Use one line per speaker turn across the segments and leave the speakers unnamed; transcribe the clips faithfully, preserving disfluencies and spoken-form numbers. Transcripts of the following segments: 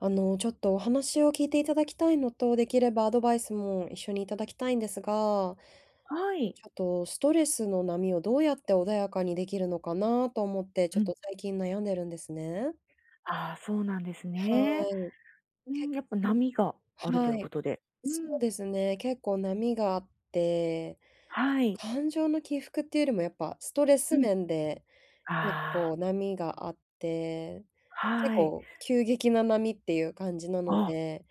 あの、ちょっとお話を聞いていただきたいのと、できればアドバイスも一緒にいただきたいんですが、
はい。
ちょっとストレスの波をどうやって穏やかにできるのかなと思って、ち
う
ょっ
ん。
と最近悩んでるんですね。
ああ、そうなんです
は
ね。
い。
うん、やっぱ波があると
は
いうこ
い。
とで。う
そう
ん。
ですね。結構波があって、
はい。
感情の起伏っていうよりもやっぱストレ
う
ス面で
ん。
結
あ
構
あ、
波があって、結
はい。
構急激な波っていう感じなの
あ、
で、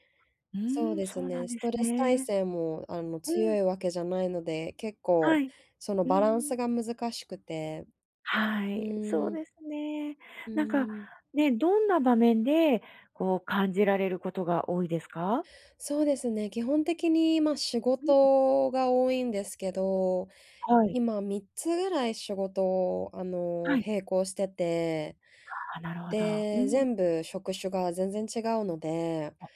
うー
そう
ん、
で
そ
す
うな
ね。
んで
ス
す
トレス耐
ね。
性も、あの、
う
強
ん。
いわけじゃないので、結
は
構
い。
その
うー
バランス
ん。
が難しくて、
は
う
い、そう
ーん、
ですね。
う
なんか、
ーん。
ね、どんな場面でこう感じられることが多いですか？
そうですね、基本的に、まあ、仕
うん。
事が多いんですけど、
はい。
今みっつぐらい仕事を、あ
は
の、
い。
並行してて、
ああ、なるほど。う
で、
ん。
全部職種が全然違うので、
あ、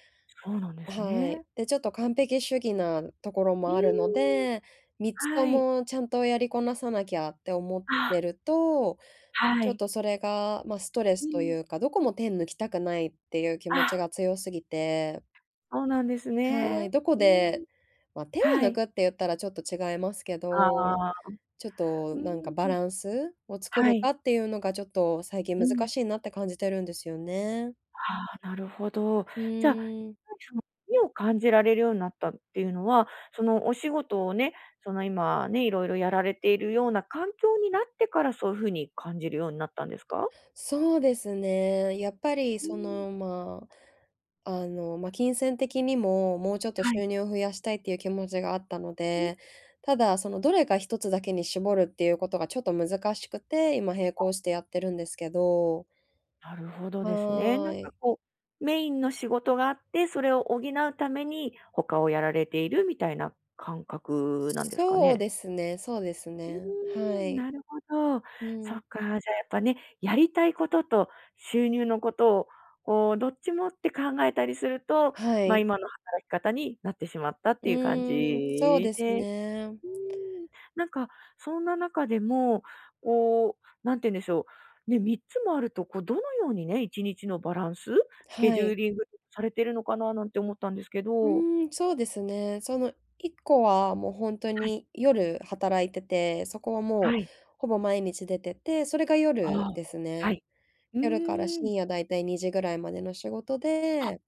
そうなんです
はい。
ね。
で、ちょっと完璧主義なところ
う
もあるの
ーん。
で、みっつと
はい。
もちゃんとやりこなさなきゃって思っ
あ、
てると、
は
ちょっ
い。
とそれが、まあ、ストレ
う
スと
ん。
いうか、どこも手抜きたくないっていう気持ち
あ、
が強すぎて、
そうなんです
は
ね。
い、どこ
うー
で、
ん、
まあ、手を
は
抜
い。
くって言ったらちょっと違いますけど、
ああ。
ちょっ
う
となんか
ー
バ
ん、
ランスを作
は
る
い。
かっていうのがちょっと最近
う
難
ん。
しいなって感じてるんですよね。
ああ、なるほど。
う
じゃあ、やっぱり
ーん。
その美を感じられるようになったっていうのは、そのお仕事をね、その今ね、いろいろやられているような環境になってから、そういう風に感じるようになったんですか？
そうですね。やっぱり
うー
そ
ん、
の、まあ、あの、ま、金銭的にも、もうちょっと
は
収
い。
入を増やしたいっていう気持ちがあったの
うん、
で、ただ、その、どれか一つだけに絞るっていうことがちょっと難しくて、今並行してやってるんですけど。
なるほどですね。
は
な
ー
んか
い。
こう、メインの仕事があって、それを補うために他をやられているみたいな感覚なんですか
そう
ね？
ですねそうです
う
ね。は
ーん、
い。
なるほど。
う
そ
ん。
っか、じゃあやっぱね、やりたいことと収入のことを、こうどっちもって考えたりすると、
は
まあ、
い。
今の働き方になってしまったっ
う
ていう感じ
ーん、そうです
で、
ね。
うーん、なんかそんな中でも、こう、なんて言うんでしょう、ね、みっつもあると、こうどのようにね、いちにちのバランス、スケ
は
ジュー
い。
リングされてるのかななんて思ったんですけ
う
ど。
ーん、そうですね。そのいっこはもう本当
はい、
に夜働いてて、そこはも
は
う
い。
ほぼ毎日出てて、それが夜
ああ、
です
は
ね。
い。う
夜から
ーん。
深夜だいたいにじぐらいまでの仕事
あ、
で、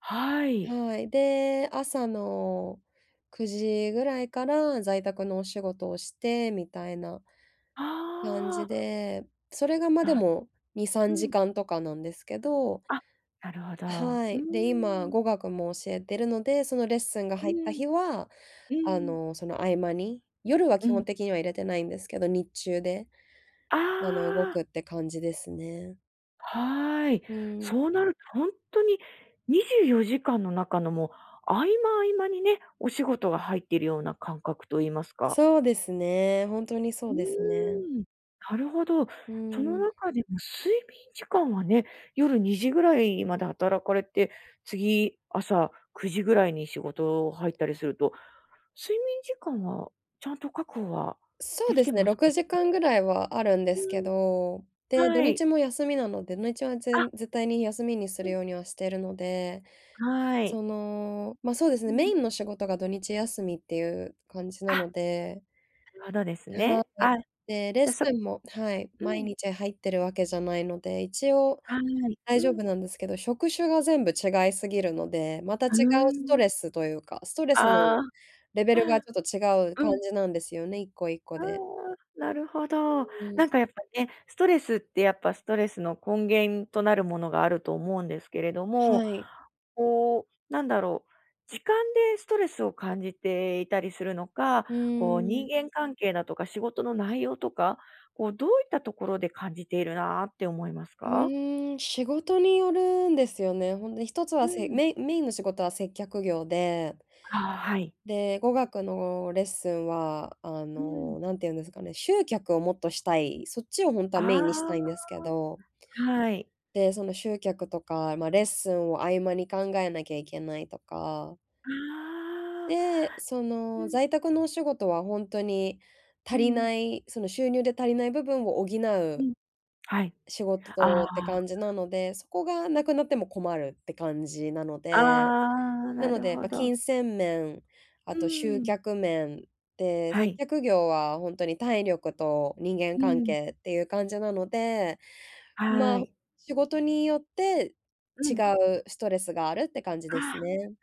はい。
はい。で、朝のくじぐらいから在宅のお仕事をしてみたいな感じ
ああ、
で、それが、ま、で
な
もに、
う
3
ん。
時間とかなんですけど、
あ、なるほど。
は
う
い。で、今、
ーん。
語学も教えてるので、そのレッスンが
う
入った
ん、
日は、
う
あ
ん。
の、その合間に、夜は基
う
本
ん。
的には入れてないんですけど、日中で、
あ
あの、動
あ、
くって感じですね。
はい。
うん。
そうなるとほんとににじゅうよじかんの中のもう、合間合間にね、お仕事が入っているような感覚と言いますか。
そうですね。本当にそ
う
うですね。
ーん。なるほど。
う
その
ん。
中でも睡眠時間はね、夜にじぐらいまで働かれて、次、朝くじぐらいに仕事入ったりすると、睡眠時間はちゃんと確保は
そう
でき
で
て
すね、
ますか？
ろくじかんぐらいはあるんですけ
うん、
ど、で、土
は
日
い。
も休みなので、土日はぜ
あ、
ん絶対に休みにす
う
る
ん、
ようにはしてるので、
はい。
その、ま、そうです
う
ね、メイ
ん。
ンの仕事が土日休みっていう感じな
あ、
ので、
なるほどです
は
ね。
い。
あ、
で、レッ
じゃ、
ス
そ
ンも、はい、
う
毎
ん、
日入ってるわけじゃないので、一応
はい。
大
う
丈夫な
ん。
んですけど、職種が全部違いすぎるので、また違う
うー
スト
ん。
レスというか、ストレスの
ああ、
レベルがちょっと違う
う
感
ん。
じなんですよね、一個一個
ああ、
で。
なるほど。
うん。
なんかやっぱね、ストレスってやっぱストレスの根源となるものがあると思うんですけれども、
はい。
こう、なんだろう、時間でストレスを感じていたりするのか、
う
こう
ーん。
人間関係だとか仕事の内容とか、こうどういったところで感じているなって思います
う
か？
ーん、仕事によるんですよね。ほんとに一つ
う
はせ
ん。
メインメインの仕事は接客業で、
ああ、はい。
で、語学のレッスンは、あ
うん。
の、なんて言うんですかね、集客をもっとしたい、そっちを本当はメインにしたいんで
あ
すけど、
あ、はい。
で、その集客とか、まあ、レッスンを合間に考えなきゃいけないとか、
ああ。
で、そ
う
の、
ん、
在宅のお仕事は本当に
う
足
ん
り
うん。
ない、その収入で足りない部分を補
う
う
んはい。
仕
あ
事
あ。
って感じなので、そこがなくなっても困るって感じなの
あ
で、
あ、
な
な
の
る
で、
ほ
まあ、
ど。
金銭面、あ
う
と集
ーん。
客面、で、
は
接
い。
客業は本当に体力と人間
う
関
ん。
係っていう感じなので、ま
は
あ、
い。
仕事によって
う
違
ん。
うストレスがあるって感じ
あ
で
あ、
すね。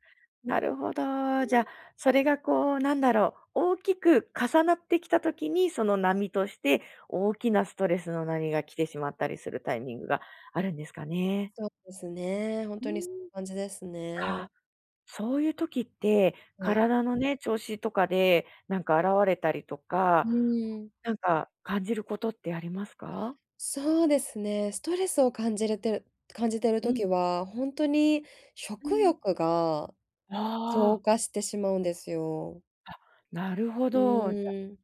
なるほど。じゃあ、それがこう、なんだろう、大きく重なってきた時に、その波として、大きなストレスの波が来てしまったりするタイミングがあるんですかね。
そうですね、本
うー
当にそうい
ん。
う感じです
あ
ね。
あ、そういう時って、
はい。
体のね、調子とかで、なんか現れたりとか、
うん。
なんか感じることってありますか？
そうですね、ストレスを感じれてる感じてる
う
時
ん、
は、本当に
う
食
ん。
欲が
あ
増
あ。
加してしまうんですよ。
あ、なるほ
う
ど。じゃ、
ーん。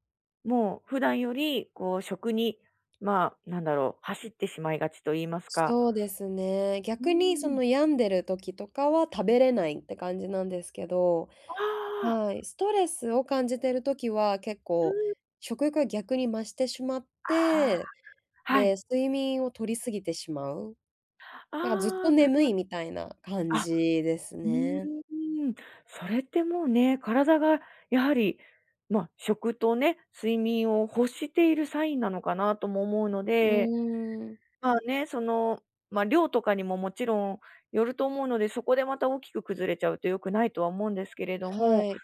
もう普段より、こう、食に、まあ、なんだろう、走ってしまいがちと言いますか。
そうですね。
うー
逆にそ
ん。
の病んでる時とかは食べれないって感じなんですけど、
ああ。
はい、ストレスを感じてる時は結
う
構
ん。
食欲が逆に増してしまっ
あ
て、
あ、は
で、
い。
睡眠を取りすぎてしまう。
あ
だからずっと
あ、なる
眠
ほ
い
ど。
みたいな感
あ、
じです
う
ね。
ーん。それってもうね、体がやはり、まあ、食とね、睡眠を欲しているサインなのかなとも思うの
うー
で、
ん、
まあね、その、まあ、量とかにももちろんよると思うので、そこでまた大きく崩れちゃうと良くないとは思うんですけれど
は
も、
い。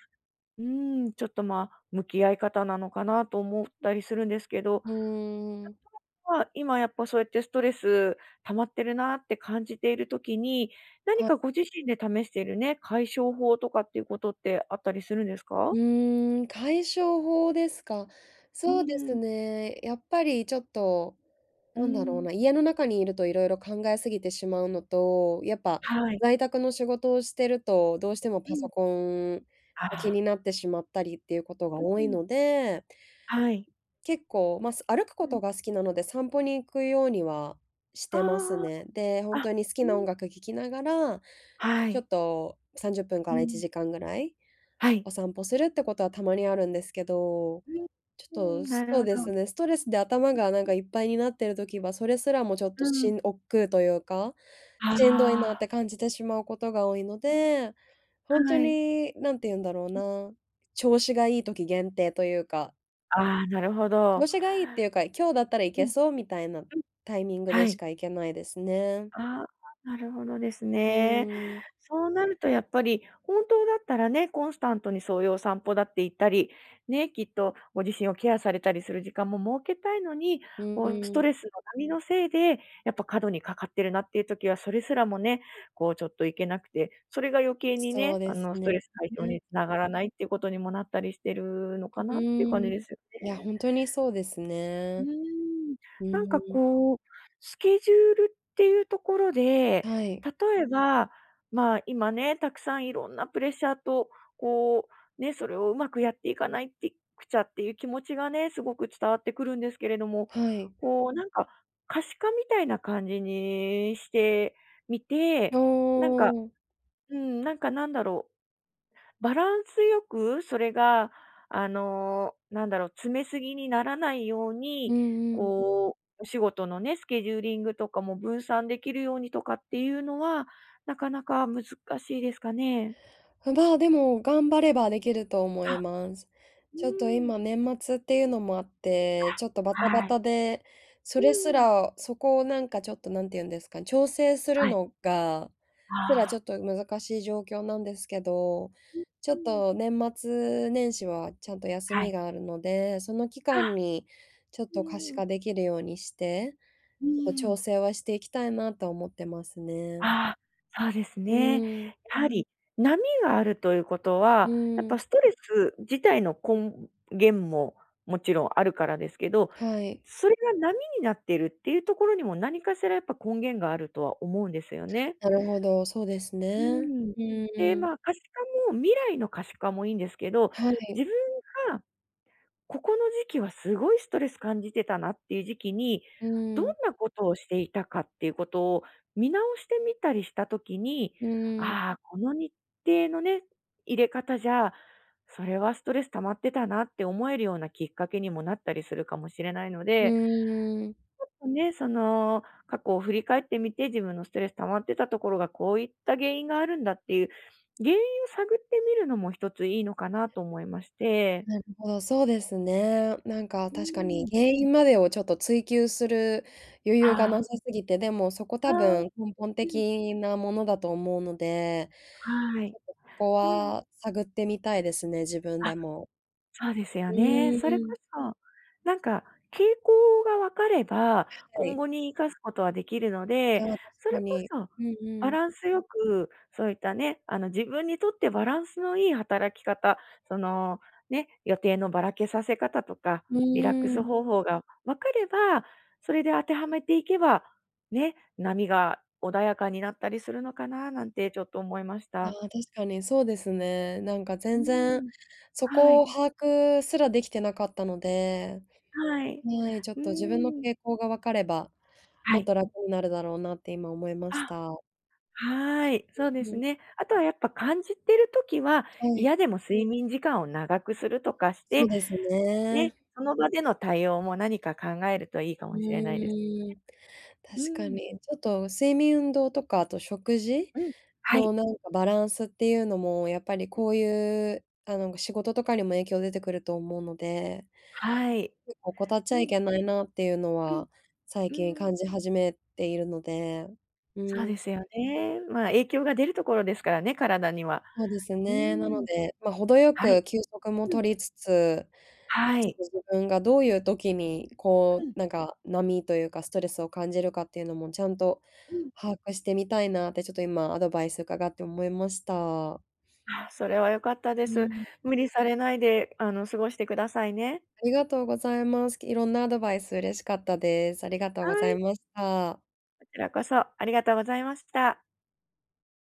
うーん、ちょっと、まあ、向き合い方なのかなと思ったりするんですけど、
うーん、
まあ、今やっぱそうやってストレス溜まってるなって感じているときに、
は
何か
い。
ご自身で試しているね、解消法とかっていうことってあったりするんです
う
か？
ーん、解消法ですか。
う
そうです
ん、
ね。やっぱりちょっと
う
なんだろう
ん、
な、家の中にいるといろいろ考えすぎてしまうのと、やっぱ
はい、
在宅の仕事をしてると、どうしてもパ
う
ソ
ん、
コン
あ
が気に
あ、
なってしまったりっていうことが
う
多い
ん、
ので、
はい、
結構、まあ、す歩く
う
こと
ん、
が好きなので、散歩に行くようにはしてます
あ
ね。で、
あ、
本
あ、
当に好き
う
な音
ん、
楽聴きながら、
は
ちょ
い、
っとさんじゅっぷんか
う
ら1
ん、
時間ぐらい
はい、
お散歩するってことはたまにあるんですけど、ち
う
ょ
ん、う
っ
ん、
と、そ
なる
う
ほ
です
ど。
ね、ストレスで頭がなんかいっぱいになってる時は、それすらもちょっと
う
し
ん、
ん億劫というか、しんどいなっ
あ
て
あ、
感じてしまうことが多いの
うん、
で、ほん
は
と
い。
に、何て言うんだろうな、調子がいい時限定というか、
ああ、なるほ
調
ど。
子がいいっていうか、今日だったらい
う
け
ん、
そう
う
みたいな
ん。
タイミングで
は
し
い。
か行けないですね。
ああ、なるほどです
う
ね。
ーん、
そうなるとやっぱり、本当だったらね、コンスタントにそういうお散歩だって行ったり、ね、きっとご自身をケアされたりする時間も設けたいのに、
う
こうス
ー
ト
ん、
レスの波のせいで、やっぱ過度にかかってるなっていう時は、それすらもね、こうちょっと行けなくて、それが余計に
そう
ね、
で
あ
す
のスト
ね。
レス解消
ね、
につながらないっていうことにもなったりしてるのか
う
なっていう感
ーん。
じ
い
ですよ
や、
ね。
ほんとにそうです
う
ね。
ーん、
う
なんか
ーん、
こう、スケジュールっていうところで、
はい、
例えば、まあ、今ね、たくさんいろんなプレッシャーと、こう、ね、それをうまくやっていかないってくちゃっていう気持ちがね、すごく伝わってくるんですけれども、
はい。
こう、なんか可視化みたいな感じにしてみ
ああ、
て、なんか、
うん
うん、なんかなんだろう、バランスよく、それが、あの、なんだろう、詰めすぎにならないよう
う
に、
ん。
こう、お仕事のね、スケジューリングとかも分散できるようにとかっていうのは、なかなか難しいですかね？
まあ、でも、頑張ればできると思い
あ、
ます。
う
ちょっと
ん。
今年末っていうのもあって、ちょっとバタバ
はい。
タで、そ
う
れす
ん。
ら、そこをなんかちょっと何て言うんですか、調整する
はい。
のが、すらち
あ
ょっ
あ。
と難しい状況なんですけど、
う、
ちょっ
ん。
と年末年始はちゃんと休
は
み
い。
があるので、その期間
あ。
にちょっ
う
と可視
ん。
化できるようにして、
う
ちょっと調
ん。
整はしていきたいなと思ってますね。
ああ、そうです
う
ね。
ん。
やはり波があるということ
う
は、やっ
ん。
ぱストレス自体の根源ももちろんあるからですけど、
はい。
それが波になっているっていうところにも何かしらやっぱ根源があるとは思うんですよね。
なるほど、そうです
う
ね。
ん。
う
で、
ーん。
まあ、可視化も未来の可視化もいいんですけど、
はい。
自分がここの時期はすごいストレス感じてたなっていう時期に、
う
どん
ーん、
なことをしていたかっていうことを見直してみたりした時に、
うーん、
ああ、この日程のね、入れ方じゃ、それはストレス溜まってたなって思えるようなきっかけにもなったりするかもしれないの
う
で、
ーん。
ね、その過去を振り返ってみて、自分のストレス溜まってたところがこういった原因があるんだっていう、原因を探ってみるのも一ついいのかなと思いまして。
なるほど、そうですね。なんか
う
確かに
ん。
原因までをちょっと追求する余
あ
裕がな
あ。
さすぎて、でもそこ
あ
多
あ、
分根本
うん。
的なものだと思うので、
は
ち
い。
ょっとここ
うん。
は探ってみたいですね、自分で
あ、
も。
そうですよ
う
ね。それこ
ーん。
そ、なんか傾向が分かれば、
は
今
い。
後に生かすことはできるの
あ
で、
あ、確
そ
か
れこ
に。
そ
うんう
バ
ん。
ランスよく、そういったね、あの、自分にとってバランスのいい働き方、その、ね、予定のばらけさせ方とか、
う
リラック
ー
ス
ん。
方法が分かれば、それで当てはめていけば、ね、波が穏やかになったりするのかななんてちょっと思いまし
いや、
た。
確かにそうですね。なんか
う
全然、
ん。
そ
は
こを
い。
把握すらできてなかったので、
はい。
はい、ちょっ
う
と自分の
ーん。
傾向が分かれば、
は
もっ
い。
と楽になるだろうなって今思いまし
あ、
た。
はい。そうで
う
す
ん、
ね。あとはやっぱ感じてる時は、
はい、
嫌でも睡眠時間を長くするとかし
そう
て、
です
ね、
ね。
その場での対応も何か考えるといいか
う
もしれないです。
ーん、
う
確か
ん。
に。ちょっと睡眠、運動とか、あと食事
うん。は
の
い。
なんかバランスっていうのも、やっぱりこういう、あの、仕事とかにも影響出てくると思うので
はい。
結構怠っち
う
ゃい
ん、
けないなっていうの
うん、
は、最近
うん。
感じ始めているので、う
そう
ん、
ですよね。まあ、影響が出るところですからね、体には。
そうです
う
ね。なの
ん。
で、ま、程よ
はい。
く休息も
うん。
取りつつ、
は
ちょっ
い。
と自分がどういう時に、こ
う
う、
ん、
なんか、波というかストレスを感じるかっていうのもちゃんと
うん。
把握してみたいなって、ちょっと今アドバイス伺って思いました。
あ、それは良かったで
う
す。
ん、
無理されないで、あの、過ごしてくださいね。
ありがとうございます。いろんなアドバイス嬉しかったです。ありがとう
は
ござい
い、
ました。
こちらこそありがとうございました。